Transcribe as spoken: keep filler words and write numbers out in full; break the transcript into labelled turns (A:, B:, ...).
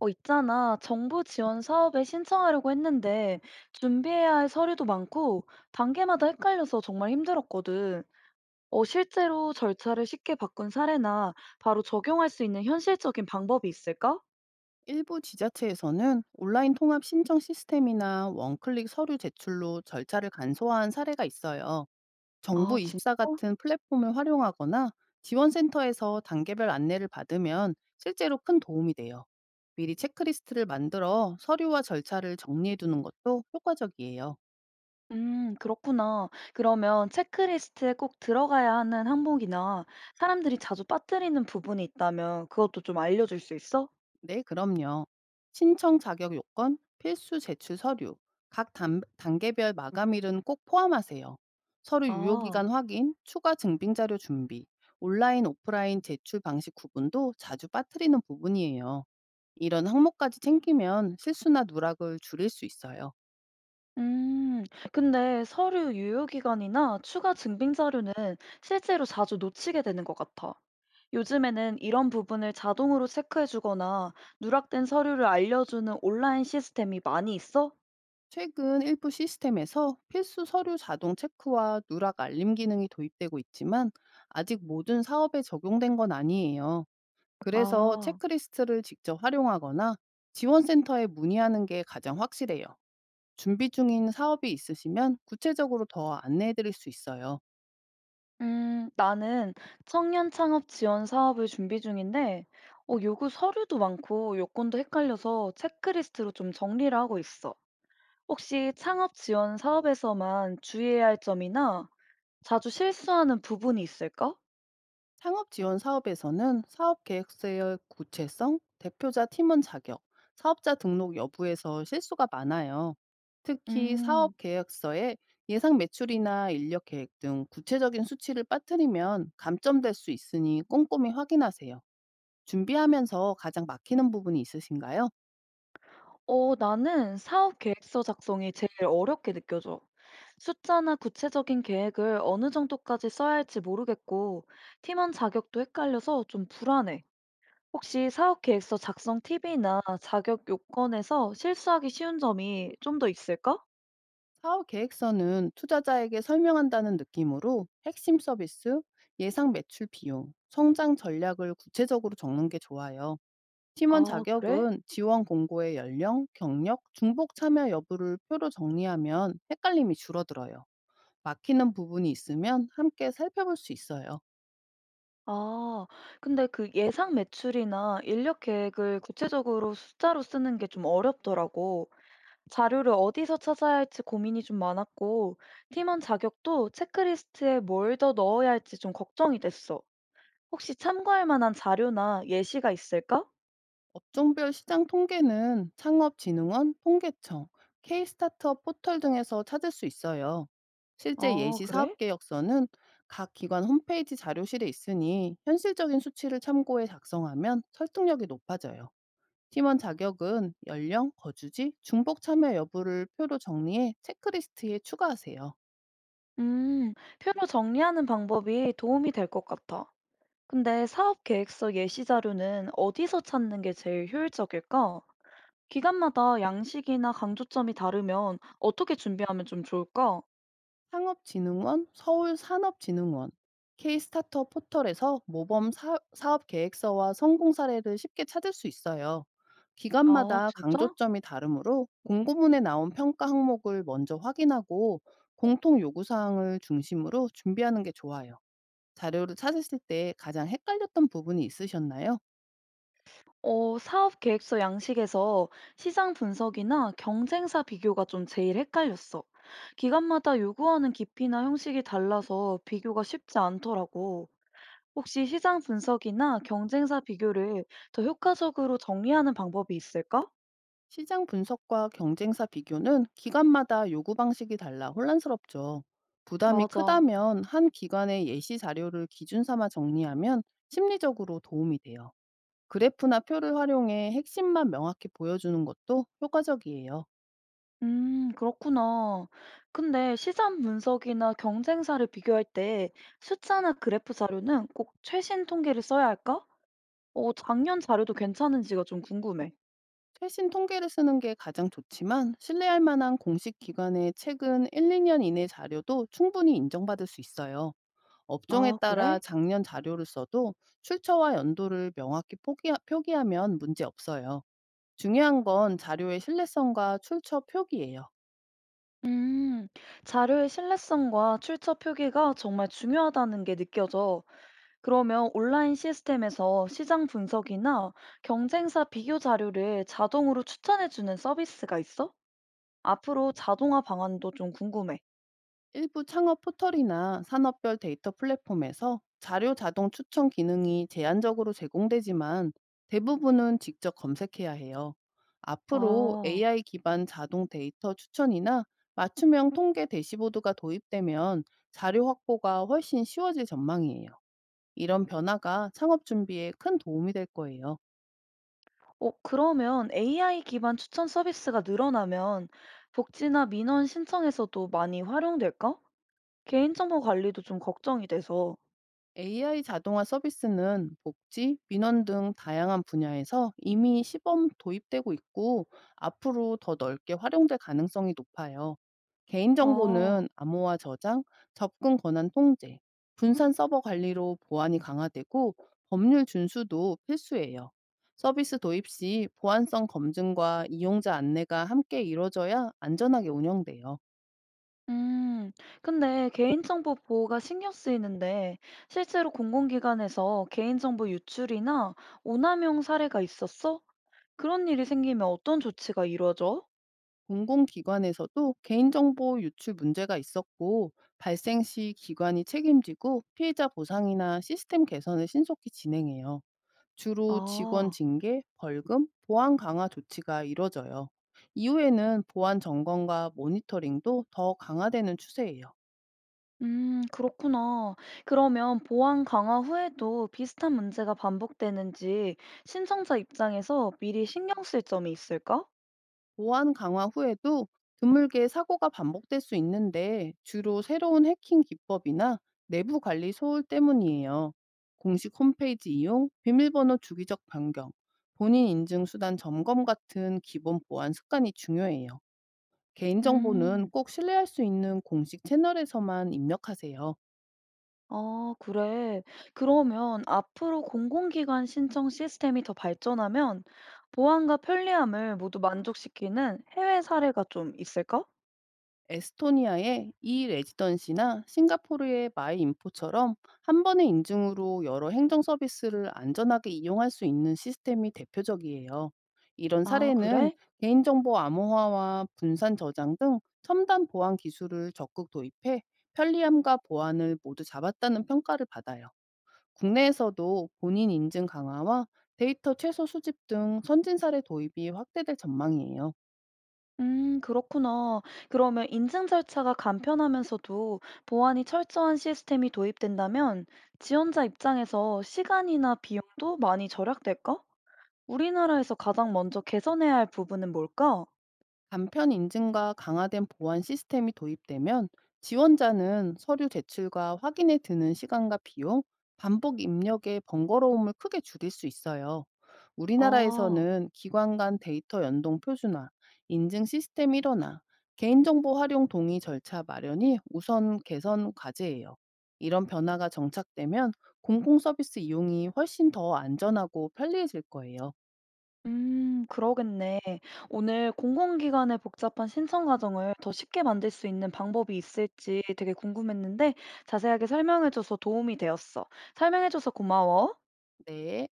A: 어, 있잖아. 정부 지원 사업에 신청하려고 했는데 준비해야 할 서류도 많고 단계마다 헷갈려서 정말 힘들었거든. 어, 실제로 절차를 쉽게 바꾼 사례나 바로 적용할 수 있는 현실적인 방법이 있을까?
B: 일부 지자체에서는 온라인 통합 신청 시스템이나 원클릭 서류 제출로 절차를 간소화한 사례가 있어요.
A: 아, 진짜?
B: 정부이십사 같은 플랫폼을 활용하거나 지원센터에서 단계별 안내를 받으면 실제로 큰 도움이 돼요. 미리 체크리스트를 만들어 서류와 절차를 정리해 두는 것도 효과적이에요.
A: 음, 그렇구나. 그러면 체크리스트에 꼭 들어가야 하는 항목이나 사람들이 자주 빠뜨리는 부분이 있다면 그것도 좀 알려줄 수 있어?
B: 네, 그럼요. 신청 자격 요건, 필수 제출 서류, 각 단, 단계별 마감일은 꼭 포함하세요. 서류
A: 아.
B: 유효기간 확인, 추가 증빙 자료 준비, 온라인, 오프라인 제출 방식 구분도 자주 빠뜨리는 부분이에요. 이런 항목까지 챙기면 실수나 누락을 줄일 수 있어요.
A: 음, 근데 서류 유효기간이나 추가 증빙 자료는 실제로 자주 놓치게 되는 것 같아. 요즘에는 이런 부분을 자동으로 체크해주거나 누락된 서류를 알려주는 온라인 시스템이 많이 있어?
B: 최근 일부 시스템에서 필수 서류 자동 체크와 누락 알림 기능이 도입되고 있지만 아직 모든 사업에 적용된 건 아니에요. 그래서
A: 아,
B: 체크리스트를 직접 활용하거나 지원센터에 문의하는 게 가장 확실해요. 준비 중인 사업이 있으시면 구체적으로 더 안내해 드릴 수 있어요.
A: 음, 나는 청년 창업 지원 사업을 준비 중인데, 어, 요구 서류도 많고 요건도 헷갈려서 체크리스트로 좀 정리를 하고 있어. 혹시 창업 지원 사업에서만 주의해야 할 점이나 자주 실수하는 부분이 있을까?
B: 창업 지원 사업에서는 사업 계획서의 구체성, 대표자 팀원 자격, 사업자 등록 여부에서 실수가 많아요. 특히
A: 음.
B: 사업 계획서에 예상 매출이나 인력 계획 등 구체적인 수치를 빠뜨리면 감점될 수 있으니 꼼꼼히 확인하세요. 준비하면서 가장 막히는 부분이 있으신가요?
A: 어, 나는 사업 계획서 작성이 제일 어렵게 느껴져. 숫자나 구체적인 계획을 어느 정도까지 써야 할지 모르겠고, 팀원 자격도 헷갈려서 좀 불안해. 혹시 사업 계획서 작성 팁이나 자격 요건에서 실수하기 쉬운 점이 좀 더 있을까?
B: 사업 계획서는 투자자에게 설명한다는 느낌으로 핵심 서비스, 예상 매출 비용, 성장 전략을 구체적으로 적는 게 좋아요. 팀원
A: 아, 그래?
B: 자격은 지원 공고의 연령, 경력, 중복 참여 여부를 표로 정리하면 헷갈림이 줄어들어요. 막히는 부분이 있으면 함께 살펴볼 수 있어요.
A: 아, 근데 그 예상 매출이나 인력 계획을 구체적으로 숫자로 쓰는 게 좀 어렵더라고. 자료를 어디서 찾아야 할지 고민이 좀 많았고, 팀원 자격도 체크리스트에 뭘 더 넣어야 할지 좀 걱정이 됐어. 혹시 참고할 만한 자료나 예시가 있을까?
B: 업종별 시장 통계는 창업진흥원, 통계청, 케이 스타트업 포털 등에서 찾을 수 있어요. 실제
A: 아,
B: 예시 사업
A: 그래?
B: 계획서는 각 기관 홈페이지 자료실에 있으니 현실적인 수치를 참고해 작성하면 설득력이 높아져요. 팀원 자격은 연령, 거주지, 중복 참여 여부를 표로 정리해 체크리스트에 추가하세요.
A: 음, 표로 정리하는 방법이 도움이 될 것 같아. 근데 사업 계획서 예시 자료는 어디서 찾는 게 제일 효율적일까? 기간마다 양식이나 강조점이 다르면 어떻게 준비하면 좀 좋을까?
B: 상업진흥원, 서울산업진흥원, 케이 스타터 포털에서 모범 사, 사업 계획서와 성공 사례를 쉽게 찾을 수 있어요.
A: 아,
B: 기관마다
A: 진짜?
B: 강조점이 다르므로 공고문에 나온 평가 항목을 먼저 확인하고 공통 요구 사항을 중심으로 준비하는 게 좋아요. 자료를 찾으실 때 가장 헷갈렸던 부분이 있으셨나요?
A: 어, 사업 계획서 양식에서 시장 분석이나 경쟁사 비교가 좀 제일 헷갈렸어. 기관마다 요구하는 깊이나 형식이 달라서 비교가 쉽지 않더라고. 혹시 시장 분석이나 경쟁사 비교를 더 효과적으로 정리하는 방법이 있을까?
B: 시장 분석과 경쟁사 비교는 기관마다 요구 방식이 달라 혼란스럽죠. 부담이
A: 맞아.
B: 크다면 한 기관의 예시 자료를 기준 삼아 정리하면 심리적으로 도움이 돼요. 그래프나 표를 활용해 핵심만 명확히 보여주는 것도 효과적이에요.
A: 음, 그렇구나. 근데 시장 분석이나 경쟁사를 비교할 때 숫자나 그래프 자료는 꼭 최신 통계를 써야 할까? 어, 작년 자료도 괜찮은지가 좀 궁금해.
B: 최신 통계를 쓰는 게 가장 좋지만 신뢰할 만한 공식 기관의 최근 일, 이 년 이내 자료도 충분히 인정받을 수 있어요. 업종에
A: 아,
B: 따라
A: 그래?
B: 작년 자료를 써도 출처와 연도를 명확히 포기, 표기하면 문제 없어요. 중요한 건 자료의 신뢰성과 출처 표기예요.
A: 음, 자료의 신뢰성과 출처 표기가 정말 중요하다는 게 느껴져. 그러면 온라인 시스템에서 시장 분석이나 경쟁사 비교 자료를 자동으로 추천해주는 서비스가 있어? 앞으로 자동화 방안도 좀 궁금해.
B: 일부 창업 포털이나 산업별 데이터 플랫폼에서 자료 자동 추천 기능이 제한적으로 제공되지만 대부분은 직접 검색해야 해요. 앞으로
A: 아,
B: 에이아이 기반 자동 데이터 추천이나 맞춤형 통계 대시보드가 도입되면 자료 확보가 훨씬 쉬워질 전망이에요. 이런 변화가 창업 준비에 큰 도움이 될 거예요.
A: 어, 그러면 에이아이 기반 추천 서비스가 늘어나면 복지나 민원 신청에서도 많이 활용될까? 개인정보 관리도 좀 걱정이 돼서.
B: 에이아이 자동화 서비스는 복지, 민원 등 다양한 분야에서 이미 시범 도입되고 있고 앞으로 더 넓게 활용될 가능성이 높아요.
A: 아.
B: 개인정보는 암호화 저장, 접근 권한 통제, 분산 서버 관리로 보안이 강화되고 법률 준수도 필수예요. 서비스 도입 시 보안성 검증과 이용자 안내가 함께 이루어져야 안전하게 운영돼요.
A: 음, 근데 개인정보 보호가 신경 쓰이는데 실제로 공공기관에서 개인정보 유출이나 오남용 사례가 있었어? 그런 일이 생기면 어떤 조치가 이루어져?
B: 공공기관에서도 개인정보 유출 문제가 있었고, 발생 시 기관이 책임지고 피해자 보상이나 시스템 개선을 신속히 진행해요. 주로 직원
A: 아,
B: 징계, 벌금, 보안 강화 조치가 이뤄져요. 이후에는 보안 점검과 모니터링도 더 강화되는 추세예요.
A: 음, 그렇구나. 그러면 보안 강화 후에도 비슷한 문제가 반복되는지 신청자 입장에서 미리 신경 쓸 점이 있을까?
B: 보안 강화 후에도 드물게 사고가 반복될 수 있는데 주로 새로운 해킹 기법이나 내부 관리 소홀 때문이에요. 공식 홈페이지 이용, 비밀번호 주기적 변경, 본인 인증 수단 점검 같은 기본 보안 습관이 중요해요. 개인정보는
A: 음.
B: 꼭 신뢰할 수 있는 공식 채널에서만 입력하세요.
A: 아 그래. 그러면 앞으로 공공기관 신청 시스템이 더 발전하면 보안과 편리함을 모두 만족시키는 해외 사례가 좀 있을까?
B: 에스토니아의 이 레지던시나 싱가포르의 마이 인포처럼 한 번의 인증으로 여러 행정 서비스를 안전하게 이용할 수 있는 시스템이 대표적이에요. 이런
A: 아,
B: 사례는
A: 그래?
B: 개인정보 암호화와 분산 저장 등 첨단 보안 기술을 적극 도입해 편리함과 보안을 모두 잡았다는 평가를 받아요. 국내에서도 본인 인증 강화와 데이터 최소 수집 등 선진 사례 도입이 확대될 전망이에요.
A: 음, 그렇구나. 그러면 인증 절차가 간편하면서도 보안이 철저한 시스템이 도입된다면 지원자 입장에서 시간이나 비용도 많이 절약될까? 우리나라에서 가장 먼저 개선해야 할 부분은 뭘까?
B: 간편 인증과 강화된 보안 시스템이 도입되면 지원자는 서류 제출과 확인에 드는 시간과 비용, 반복 입력의 번거로움을 크게 줄일 수 있어요.
A: 아.
B: 우리나라에서는 기관 간 데이터 연동 표준화, 인증 시스템 일원화, 개인정보 활용 동의 절차 마련이 우선 개선 과제예요. 이런 변화가 정착되면 공공서비스 이용이 훨씬 더 안전하고 편리해질 거예요.
A: 음, 그러겠네. 오늘 공공기관의 복잡한 신청 과정을 더 쉽게 만들 수 있는 방법이 있을지 되게 궁금했는데 자세하게 설명해줘서 도움이 되었어. 설명해줘서 고마워.
B: 네.